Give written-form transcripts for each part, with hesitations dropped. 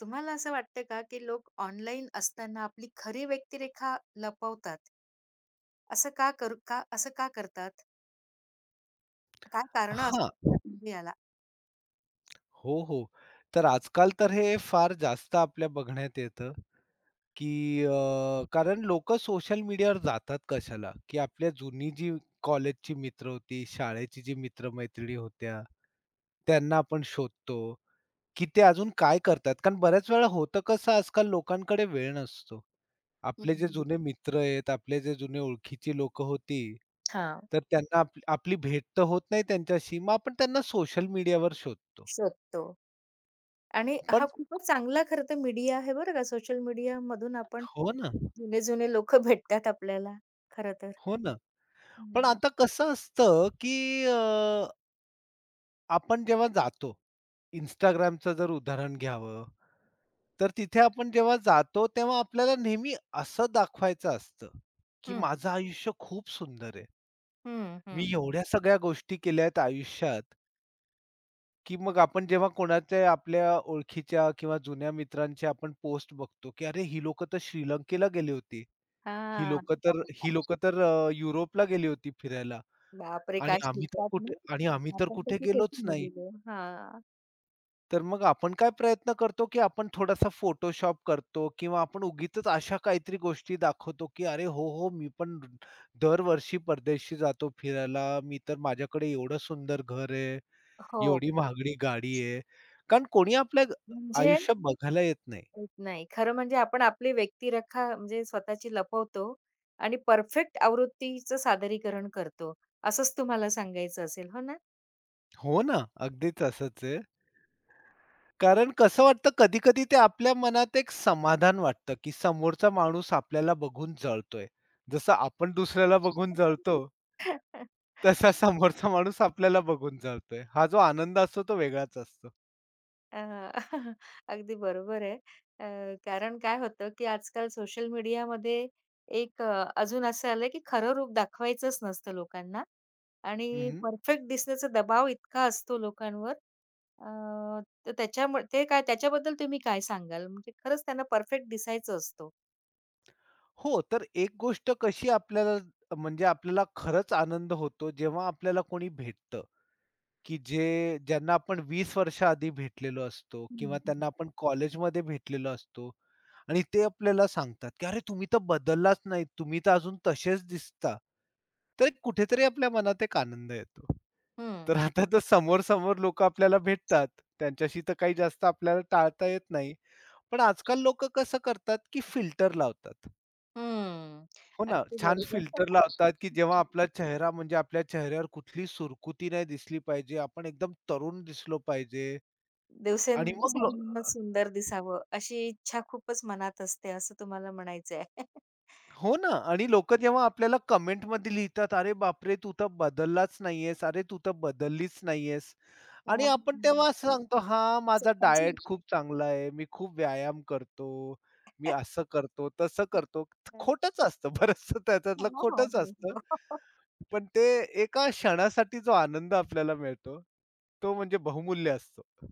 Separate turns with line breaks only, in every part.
तुम्हाला असं वाटतं का, की लोक ऑनलाईन असताना आपली खरी व्यक्तिरेखा लपवतात? असं का करतात? काय कारणं असू
हां.
शकतात म्हणजे याला?
हो, हो. तर आजकाल तर हे फार जास्त आपल्या बघण्यात येतं, की कारण लोकं सोशल मीडियावर जातात कशाला, की आपल्या जुनी जी कॉलेजची मित्र होती, शाळेची जी मित्र-मैत्रिणी होत्या, त्यांना आपण शोधतो, की ते अजून काय करतात. कारण बऱ्याच वेळा होतं कसं आजकाल लोकांकडे वेळ नसतो.
हं,
आपले जे
हं.
जुने मित्र आहेत, आपले जे जुने ओळखीची लोकं होती, तर त्यांना आपली आपली भेट तर होत नाही त्यांच्याशी, मग आपण त्यांना सोशल मीडियावर शोधतो.
शोधतो आणि हा
पण
खूपच चांगला खरं तर मीडिया आहे बरं का. सोशल मीडिया मधून आपण
हो ना,
जुने-जुने लोकं भेटतात आपल्याला खरं तर.
हो ना. पण
हं,
आता कसं असतं, की आपण जेव्हा जातो, Instagramचं जर उदाहरण घ्यावं, तर तिथे आपण जेव्हा जातो, तेव्हा आपल्याला नेहमी असं दाखवायचं असतं, की
हं,
माझं आयुष्य खूप सुंदर आहे.
हं, हं.
मी एवढ्या सगळ्या गोष्टी केल्या आहेत आयुष्यात, की मग आपण जेव्हा कोणाच्या आपल्या ओळखीच्या किंवा जुन्या मित्रांच्या आपण पोस्ट बघतो, की "अरे, ही लोकं तर श्रीलंकेला गेली होती. ही
हां.
लोकं तर ही लोकं तर अ, युरोपला गेली होती फिरायला.
बापरे! काय शिकतात ना.
आणि आम्ही तर
आपण
कुठे
तशी
गेलोच
सोशल
नाही.
मीडियावर. हां.
तर मग आपण काय प्रयत्न करतो, की आपण थोडासा फोटोशॉप करतो किंवा आपण उगीचच अशा काहीतरी गोष्टी दाखवतो, की "अरे, हो, हो, मी पण दरवर्षी परदेशी जातो फिरायला. मी तर माझ्याकडे एवढं सुंदर घर आहे,
हो.
एवढी महागडी गाडी आहे." कारण कोणी आपल्या ग-
म्हणजे
आयुष्य बघायला येत नाही.
माहीत नाही. खरं म्हणजे आपण आपली व्यक्तिरेखा म्हणजे स्वतःची लपवतो आणि परफेक्ट आवृत्तीचं सादरीकरण करतो, असंच तुम्हाला सांगायचं असेल, हो ना?
हो ना, अगदीच असंच आहे. कारण कसं वाटतं कधी-कधी ते आपल्या मनात एक समाधान वाटतं, की समोरचा माणूस आपल्याला बघून जळतोय. जसं आपण दुसऱ्याला बघून जळतो, तसा समोरचा माणूस आपल्याला बघून जळतोय. हा जो आनंद असतो तो वेगळाच असतो.
अ, अगदी बरोबर आहे. अ, कारण काय होतं, की आजकाल सोशल मीडियामध्ये एक अजून असं आलंय, की खरं रूप दाखवायचंच नसतं लोकांना आणि
हं, हं.
परफेक्ट दिसण्याचा दबाव इतका असतो लोकांवर. अ, तर त्याच्यामुळे ते काय त्याच्याबद्दल तुम्ही काय सांगाल? म्हणजे खरंच त्यांना परफेक्ट दिसायचं असतो.
हो, तर एक गोष्ट कशी आपल्याला म्हणजे आपल्याला खरंच आनंद होतो, जेव्हा आपल्याला कोणी भेटतं. की जे ज्यांना आपण 20 वर्ष आधी भेटलेलो असतो
हं,
किंवा
हं.
त्यांना आपण कॉलेजमध्ये भेटलेलो असतो आणि ते आपल्याला सांगतात, की "अरे, तुम्ही तर बदललाच नाही. तुम्ही तर अजून तसेच दिसता." तर कुठेतरी आपल्या मनात एक आनंद येतो.
हं,
तर आता तर समोर-समोर लोकं आपल्याला भेटतात. त्यांच्याशी तर काही जास्त आपल्याला टाळता येत नाही. पण आजकाल लोकं कसं करतात, की फिल्टर लावतात.
हं.
हो ना,
अगदी
छान
बरोबर.
फिल्टर लावतात, की जेव्हा आपला चेहरा म्हणजे आपल्या चेहऱ्यावर कुठली सुरकुती नाही दिसली पाहिजे. आपण एकदम तरुण दिसलो पाहिजे. आणि
दिवसेंदिवस
मग लो
अजूनच सुंदर दिसावं, अशी इच्छा खूपच मनात असते, असं तुम्हाला म्हणायचंय.
हो ना आणि लोकं जेव्हा आपल्याला कमेंटमध्ये लिहितात, "अरे बापरे! तू तर बदललाच नाहीयेस. अरे तू तर बदललीच नाहीयेस." आणि
हां,
आपण तेव्हा असं सांगतो, "हां, माझा
स्वतःची
डाएट खूप चांगला आहे. मी खूप व्यायाम करतो. मी असं करतो, तसं करतो."
हो,
खोटंच असतं बरंचसं त्याच्यातलं
हो,
खोटंच असतं.
हो, हो.
पण ते एका क्षणासाठी जो आनंद आपल्याला मिळतो, तो म्हणजे बहुमूल्य असतो.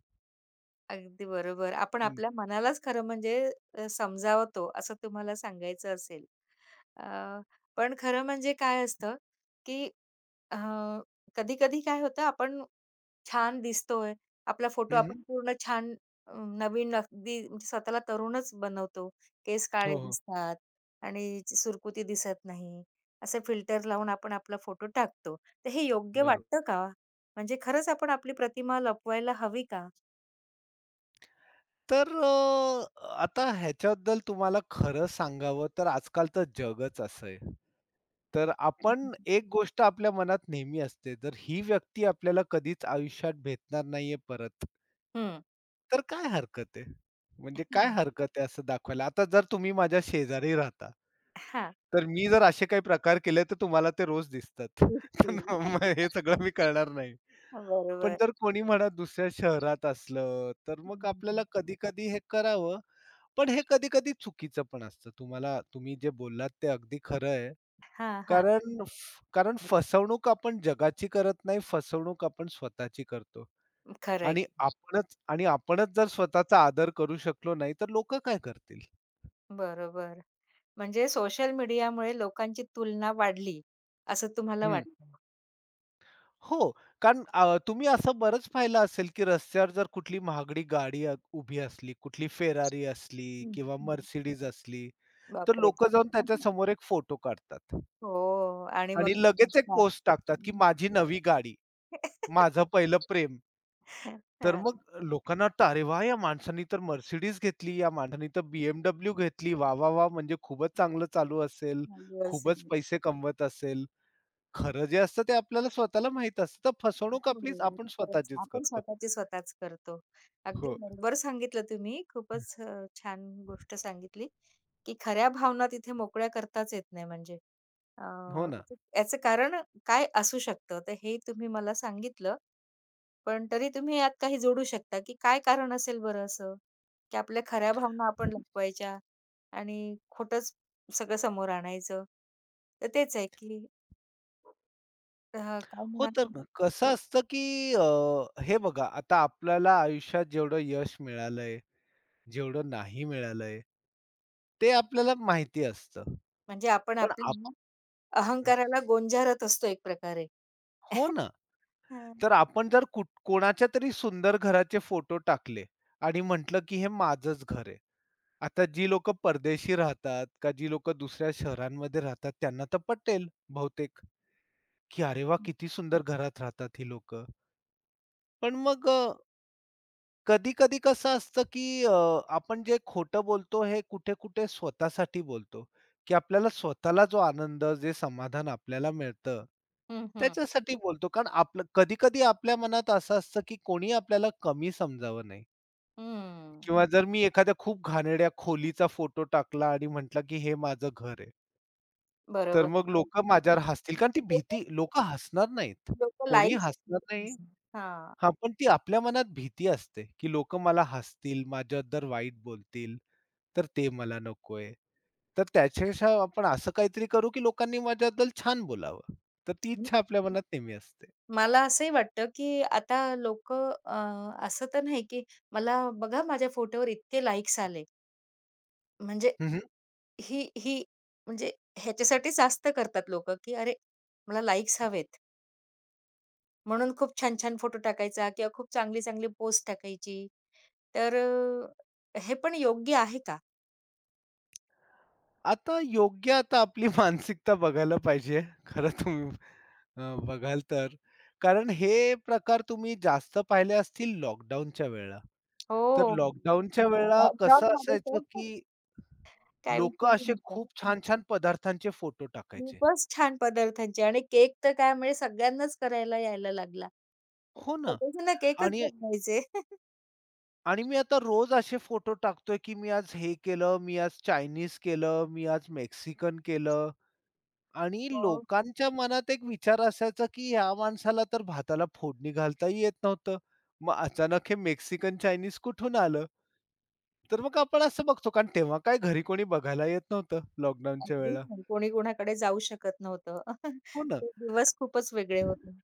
अगदी बरोबर. आपण
हं.
आपल्या मनालाच खरं म्हणजे समजावतो असं तुम्हाला सांगायचं असेल. अ, पण खरं म्हणजे काय असतं, की कधी-कधी काय होतं आपण छान दिसतोय. आपला फोटो
हं,
आपण पूर्ण छान नवीन अगदी म्हणजे स्वतःला तरुणच बनवतो. केस काळे
हो, हो.
दिसतात आणि सुरकुती दिसत नाही. असे फिल्टर लावून आपण आपला फोटो टाकतो. तर हे योग्य वाटतं
बरोबर.
का? म्हणजे खरंच आपण आपली प्रतिमा लपवायला हवी का?
तर आता ह्याच्याबद्दल तुम्हाला खरं सांगावं तर आजकाल तर जगच असं आहे. तर
हं, हं,
आपण
हं.
एक गोष्ट आपल्या मनात नेहमी असते, जर ही व्यक्ती आपल्याला कधीच आयुष्यात भेटणार नाहीये परत, तर काय हरकत आहे? म्हणजे काय हरकत आहे असं दाखवायला? आता जर तुम्ही माझ्या शेजारी राहता, तर मी जर असे काही प्रकार केले तर तुम्हाला ते रोज दिसतात.
दिसतील.
तर मग हे सगळं मी करणार नाही. पण
बरोबर.
जर कोणी म्हणा दुसऱ्या शहरात असलं, तर मग
हं.
आपल्याला कधी-कधी हे करावं. पण हे कधी-कधी चुकीचं पण असतं. तुम्हाला तुम्ही जे बोललात ते अगदी खरं आहे.
हां, हां.
कारण फसवणूक आपण जगाची करत नाही, फसवणूक आपण स्वतःची करतो.
खरं
आणि आपणच जर स्वतःचा आदर करू शकलो नाही, तर लोकं काय करतील?
बरोबर. म्हणजे सोशल मीडियामुळे लोकांची तुलना वाढली, असं तुम्हाला वाटतं?
हो, कारण तुम्ही असं बरंच पाहिलं असेल, की रस्त्यावर जर कुठली महागडी गाडी उभी असली, कुठली फेरारी असली
हं,
किंवा
हं.
Mercedes असली, तर
बापरे!
लोकं जाऊन त्याच्या समोर एक फोटो काढतात.
हो आणि मग
आणि लगेच एक
असतात.
पोस्ट टाकतात, की माझी नवी गाडी, माझं पहिलं प्रेम. तर
हां.
मग लोकांना वाटतं, "अरे वाह! या माणसानी तर Mercedes घेतली, या माणसानी तर BMW घेतली. वाह, वाह, वाह! म्हणजे खूपच चांगलं चालू असेल,
चालू असेल.
खूपच पैसे कमवत असेल." खरं जे असतं ते आपल्याला स्वतःला माहीत असतं. तर फसवणूक आपलीच
हो,
आपण
खरंच
स्वतःचीच
आपण
करतो.
स्वतःची स्वतःच करतो. अगदी
हो.
बरोबर सांगितलं तुम्ही. खूपच छान गोष्ट सांगितली, की खऱ्या भावना तिथे मोकळ्या करताच येत नाही म्हणजे. अ,
हो ना.
याचं कारण काय असू शकतं? तर हे तुम्ही मला सांगितलं. पण तरी तुम्ही यात काही जोडू शकता, की काय कारण असेल बरं असं? की आपल्या खऱ्या भावना आपण लपवायच्या आणि खोटंच सगळं समोर आणायचं. तर तेच आहे, की काय
हो,
म्हणा
तर कसं असतं, की अ, हे बघा आता आपल्याला आयुष्यात जेवढं यश मिळालंय, जेवढं नाही मिळालंय, ते आपल्याला माहिती असतं.
म्हणजे आपण
पण आप
आपल्या अहंकाराला गोंजारत असतो एक प्रकारे.
हो ना.
हां.
तर आपण जर कोणाच्या तरी सुंदर घराचे फोटो टाकले आणि म्हटलं, की हे माझंच घर आहे. आता जी लोकं परदेशी राहतात का जी लोकं दुसऱ्या शहरांमध्ये राहतात त्यांना तर पटेल बहुतेक. की अरे वाह! किती सुंदर घरात राहतात ही लोकं. पण मग कधी-कधी कसं असतं की आपण जे खोटं बोलतो हे कुठे-कुठे स्वतःसाठी बोलतो, की आपल्याला स्वतःला जो आनंद, जे समाधान आपल्याला मिळतं,
हं, हं.
त्याच्यासाठी बोलतो. कारण आपलं कधी-कधी आपल्या मनात असं असतं की कोणी आपल्याला कमी समजावं नाही
हं.
किंवा जर मी एखाद्या खूप घाणेरड्या खोलीचा फोटो टाकला आणि म्हटलं की हे माझं घर आहे, तर
बरोबर.
मग लोकं माझ्यावर हसतील. कारण ती
लोकं
भीती लोकं हसणार नाहीत.
लोकं
कोणी
लाईक्स
हसणार नाही.
हां.
हां, पण ती आपल्या मनात भीती असते, की लोक मला हसतील, माझ्या जर वाईट बोलतील, तर ते मला नकोय. तर त्याच्यापेक्षा आपण असं काहीतरी करू, की लोकांनी माझ्याबद्दल छान बोलावं. तर ती इच्छा आपल्या मनात नेहमी असते.
मला असंही वाटतं, की आता लोकं असं तर नाही, की मला बघा माझ्या फोटोवर इतके लाईक्स आले. म्हणजे
हं,
ही ही म्हणजे ह्याच्यासाठीच जास्त करतात लोकं, की अरे मला लाइक्स हवेत, म्हणून खूप छान-छान फोटो टाकायचा किंवा खूप चांगली-चांगली पोस्ट टाकायची. तर हे पण योग्य आहे का?
आता योग्य आता आपली मानसिकता बघायला पाहिजे. खरं तुम्ही बघाल तर. कारण हे प्रकार तुम्ही जास्त पाहिले असतील लॉकडाऊनच्या वेळेला. तर
हो, हं.
लॉकडाऊनच्या वेळेला कसं
लॉकडाऊनमध्ये तर
असायचं, की
काय
लोकं
विचारू
असे
नका.
खूप छान-छान पदार्थांचे फोटो टाकायचे.
खूपच छान पदार्थांची आणि केक तर काय म्हणजे सगळ्यांनाच करायला यायला लागला.
हो ना.
सगळेजण केकच
आणि
बनवायचे.
आणि मी आता रोज असे फोटो टाकतोय, की मी आज हे केलं, मी आज चायनीज केलं, मी आज मेक्सिकन केलं आणि
हो.
लोकांच्या मनात एक विचार असायचा, की ह्या माणसाला तर भाताला फोडणी घालताही येत नव्हतं. मग अचानक हे मेक्सिकन, चायनीज कुठून आलं? तर मग आपण असं बघतो कारण तेव्हा काय घरी कोणी बघायला येत नव्हतं लॉकडाऊनच्या
अगदी
वेळेला.
कोणी कोणाकडे जाऊ शकत नव्हतं.
हो ना.
ते दिवस खूपच वेगळे होते.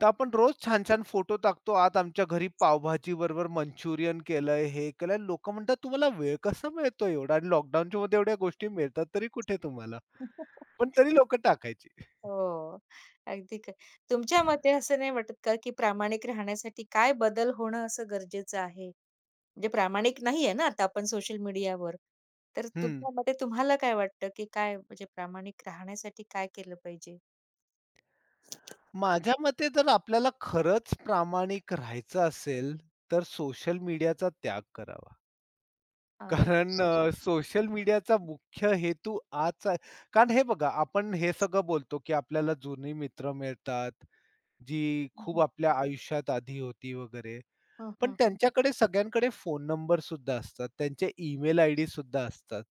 तर आपण रोज छान-छान फोटो टाकतो. आज आमच्या घरी पावभाजी बरोबर मंचुरियन केलंय, हे केलंय. लोकं म्हणतात, "तुम्हाला वेळ कसा मिळतो एवढा? आणि लॉकडाऊनच्या मध्ये एवढ्या गोष्टी मिळतात तरी कुठे तुम्हाला?" पण तरी लोकं टाकायची.
हो. अगदी तुमच्या मते असं नाही वाटत का, की प्रामाणिक राहण्यासाठी काय बदल होणं असं गरजेचं आहे? म्हणजे प्रामाणिक नाहीये ना आता आपण सोशल मीडियावर. तर
हं.
तुमच्या मते तुम्हाला काय वाटतं, की काय म्हणजे प्रामाणिक राहण्यासाठी काय केलं पाहिजे?
माझ्या मते जर आपल्याला खरंच प्रामाणिक राहायचं असेल, तर सोशल मीडियाचा त्याग करावा.
अरे
कारण सोशल मीडियाचा मुख्य हेतू आजचा आहे. कारण हे बघा, आपण हे सगळं बोलतो, की आपल्याला जुनी मित्र मिळतात, जी खूप आपल्या आयुष्यात आधी होती वगैरे.
हं,
पण
हं, हं,
त्यांच्याकडे सगळ्यांकडे फोन नंबर सुद्धा असतात. त्यांचे ईमेल आयडी सुद्धा असतात.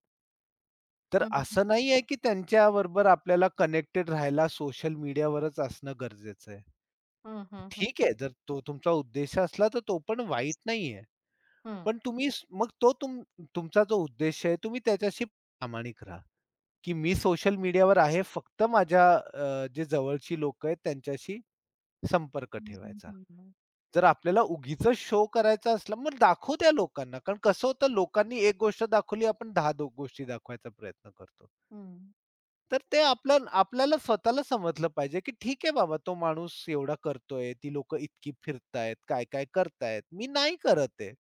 तर
हं,
असं नाही आहे की त्यांच्याबरोबर आपल्याला कनेक्टेड राहायला सोशल मीडियावरच असणं गरजेचं आहे.
हं, हं, हं,
ठीक आहे, जर तो तुमचा उद्देश असला तर तो पण वाईट नाही. पण तुम्ही स- मग तो तुम तुमचा जो उद्देश आहे तुम्ही त्याच्याशी प्रामाणिक राहा, की मी सोशल मीडियावर आहे फक्त माझ्या जे जवळची लोकं आहेत त्यांच्याशी संपर्क ठेवायचा.
हं.
जर आपल्याला उगीचच शो करायचा असला, मग दाखवू द्या लोकांना. कारण कसं होतं लोकांनी एक गोष्ट दाखवली, आपण 10 दो गोष्टी दाखवायचा प्रयत्न करतो. तर ते आपलं आपल्याला स्वतःला समजलं पाहिजे, की ठीक आहे बाबा तो माणूस एवढा करतोय, ती लोकं इतकी फिरतायत, काय-काय करतायत. मी नाही करत आहे.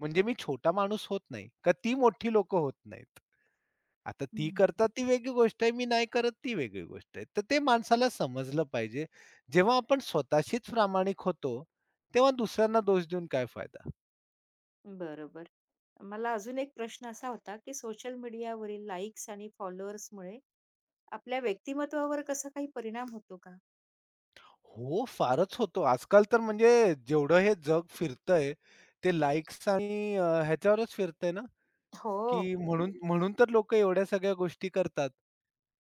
म्हणजे मी छोटा माणूस होत नाही, का ती मोठी लोकं होत नाहीत. आता ती करतात ती वेगळी गोष्ट आहे, मी नाही करत ती वेगळी गोष्ट आहे. तर ते माणसाला समजलं पाहिजे. जेव्हा आपण स्वतःशीच प्रामाणिक होतो, तेव्हा दुसऱ्यांना दोष देऊन काय फायदा?
बरोबर. मला अजून एक प्रश्न असा होता, की सोशल मीडियावरील लाइक्स आणि फॉलोअर्समुळे आपल्या व्यक्तिमत्त्वावर कसा काही परिणाम होतो का?
हो, फारच होतो. आजकाल तर म्हणजे जेवढं हे जग फिरतंय, ते लाइक्स आणि ह्याच्यावरच फिरतंय ना.
हो.
की म्हणून म्हणून तर लोकं एवढ्या सगळ्या गोष्टी करतात.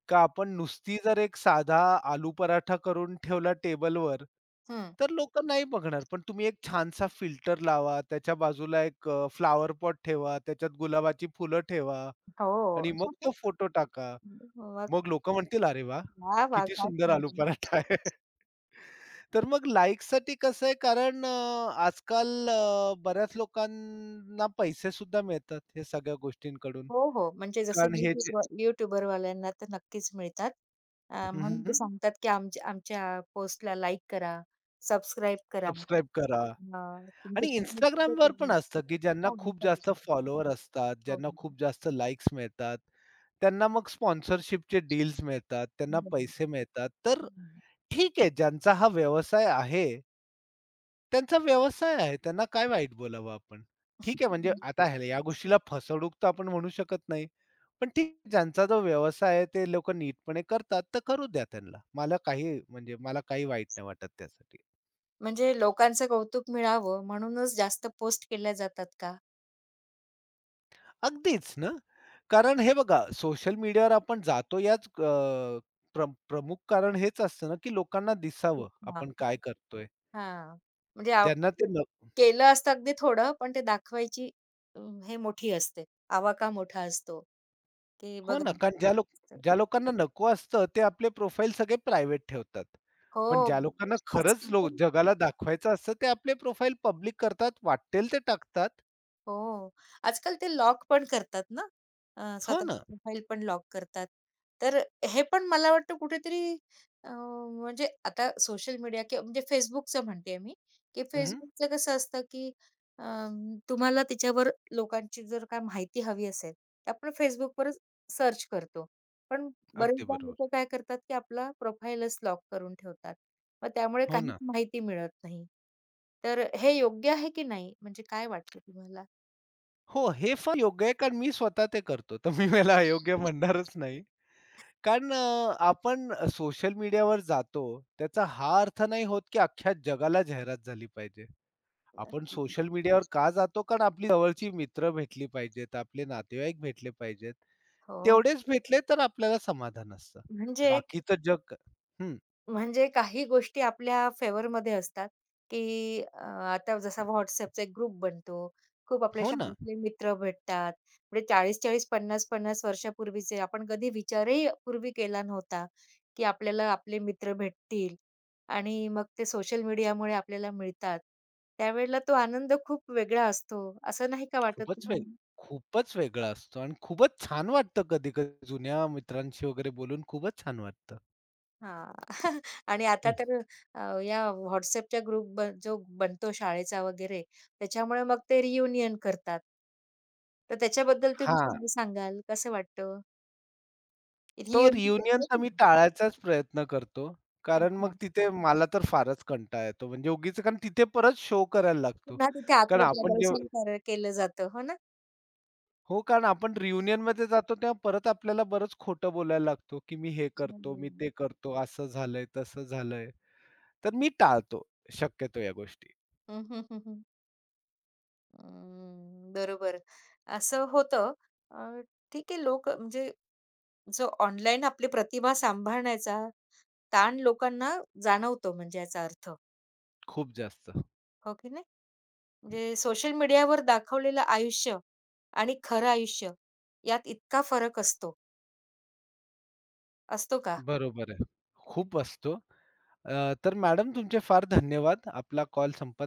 का आपण नुसती जर एक साधा आलू पराठा करून ठेवला टेबलवर,
हं.
तर लोकं नाही बघणार. पण तुम्ही एक छानसा फिल्टर लावा, त्याच्या बाजूला एक फ्लॉवर पॉट ठेवा, त्याच्यात गुलाबाची फुलं ठेवा
हो.
आणि मग तो फोटो टाका.
मग
मग लोकं म्हणतील, "अरे वाह!
वाह, वाह!
किती
काय
सुंदर आलू
समजेल.
पराठा आहे." तर मग लाइकसाठी कसं आहे कारण आजकाल बऱ्याच लोकांना पैसेसुद्धा मिळतात, ह्या सगळ्या गोष्टींकडून.
हो, हो. म्हणजे जसं
कारण हे जे
YouTubeवर YouTuberवाल्यांना तर नक्कीच मिळतात. म्हणून ते सांगतात, की आमच्या आमच्या पोस्टला लाईक करा, सबस्क्राईब करा.
सबस्क्राईब करा
अ, तुमच्या
आणि Instagramवर पण असतं, की ज्यांना
हो,
खूप जास्त
Instagram.
फॉलोवर असतात,
हो,
ज्यांना
हो.
खूप जास्त लाइक्स मिळतात, त्यांना मग स्पॉन्सरशिपचे डील्स मिळतात, त्यांना
हं.
पैसे मिळतात. तर
हं.
ठीक आहे, ज्यांचा हा व्यवसाय आहे, त्यांचा व्यवसाय आहे. त्यांना काय वाईट बोलावं आपण. ठीक आहे, म्हणजे आता ह्याला या गोष्टीला फसवणूक तर आपण म्हणू शकत नाही. पण ठीक आहे, ज्यांचा जो व्यवसाय आहे, ते लोकं नीटपणे करतात, तर करू द्या त्यांना. मला काही वाईट नाही वाटत त्यासाठी.
म्हणजे लोकांचं कौतुक मिळावं म्हणूनच जास्त पोस्ट केल्या जातात का?
अगदीच ना. कारण हे बघा सोशल मीडियावर आपण जातो याच अ, प्र प्रमुख कारण हेच असतं ना, की लोकांना
खूप
दिसावं आपण काय करतोय.
हां, म्हणजे आप
ज्यांना ते न
केलं असतं अगदी थोडं, पण ते दाखवायची अ, हे मोठी असते. आवाका मोठा असतो, की
हो
बघा
ना, कारण ज्या लोक ज्या लोकांना नको असतं ते आपले प्रोफाईल सगळे प्रायव्हेट ठेवतात.
हो.
पण ज्या लोकांना खरंच
आजकाल
लो
तर
जगाला दाखवायचं असतं ते आपले प्रोफाईल पब्लिक करतात, वाटेल ते टाकतात.
हो. आजकाल ते लॉक पण करतात ना.
हो
स्वतःची
ना.
प्रोफाईल पण लॉक करतात. तर हे पण मला वाटतं कुठेतरी म्हणजे आता सोशल मीडिया किंवा म्हणजे Facebookचं म्हणतेय मी, की
हं,
Facebookचं कसं असतं, की अ, तुम्हाला त्याच्यावर लोकांची जर काय माहिती हवी असेल, तर आपण Facebookवरच सर्च करतो. पण
अगदी
बरेचदा
बरोबर.
लोकं काय करतात, की आपला प्रोफाईलच लॉक करून ठेवतात. मग त्यामुळे
हो
काहीच
ना.
माहिती मिळत नाही. तर हे योग्य आहे की नाही? म्हणजे काय वाटतं तुम्हाला?
हो, हे फार योग्य आहे कारण मी स्वतः ते करतो. तर मी याला अयोग्य म्हणणारच नाही. कारण आपण सोशल मीडियावर जातो, त्याचा हा अर्थ नाही होत, की अख्ख्या जगाला जाहिरात झाली पाहिजे. आपण सोशल मीडियावर का जातो? कारण आपली जवळची मित्र भेटली पाहिजेत, आपले नातेवाईक भेटले पाहिजेत.
हो,
तेवढेच भेटले तर आपल्याला समाधान असतं.
म्हणजे
बाकीचं जग. हं,
म्हणजे काही गोष्टी आपल्या फेवरमध्ये असतात, की आता जसा WhatsAppचा एक ग्रुप बनतो. खूप आपल्या
हो ना.
शाळेतले मित्र भेटतात. म्हणजे 40-40, पन्नास, पन्नास वर्षापूर्वीचे आपण कधी विचारही पूर्वी केला नव्हता, की आपल्याला आपले मित्र भेटतील आणि मग ते सोशल मीडियामुळे आपल्याला मिळतात. त्यावेळेला तो आनंद खूप वेगळा असतो. असं नाही का वाटत
खूपच वेग
तुम्हाला?
खूपच वेगळं असतो आणि खूपच छान वाटतं कधी-कधी जुन्या मित्रांशी वगैरे बोलून खूपच छान वाटतं.
हां. आणि आता
हं.
तर या WhatsAppच्या ग्रुप ब जो बनतो शाळेचा वगैरे, त्याच्यामुळे मग ते रियुनियन करतात. तर त्याच्याबद्दल तुम्ही
हां.
काय सांगाल? कसं वाटतं?
तो
रियुनियन
रियुनियन
होते
तर
की
मी
नाही?
टाळायचाच प्रयत्न करतो. कारण
अच्छा.
मग तिथे मला तर फारच कंटाळा येतो. म्हणजे उगीच कारण तिथे परत शो करायला लागतो.
पुन्हा तिथे
कारण आपण जेव्हा
आत्मप्रदर्शन केलं जातं, हो ना?
हो, कारण आपण रियुनियनमध्ये जातो तेव्हा परत आपल्याला बरंच खोटं बोलायला लागतो, की मी हे करतो, मी
हं.
ते करतो, असं झालंय, तसं झालंय. तर मी टाळतो शक्यतो या गोष्टी.
हं, हं, हं, हं. अं, बरोबर. असं होतं. अ, ठीक आहे लोक म्हणजे जो ऑनलाईन आपली प्रतिभा सांभाळण्याचा ताण लोकांना जाणवतो म्हणजे याचा अर्थ,
खूप जास्त.
हो की नाही? म्हणजे सोशल मीडियावर दाखवलेलं आयुष्य आणि खरं आयुष्य यात इतका फरक असतो, असतो का?
बरोबर आहे. खूप असतो. तर मॅडम तुमचे फार धन्यवाद. आपला कॉल संपत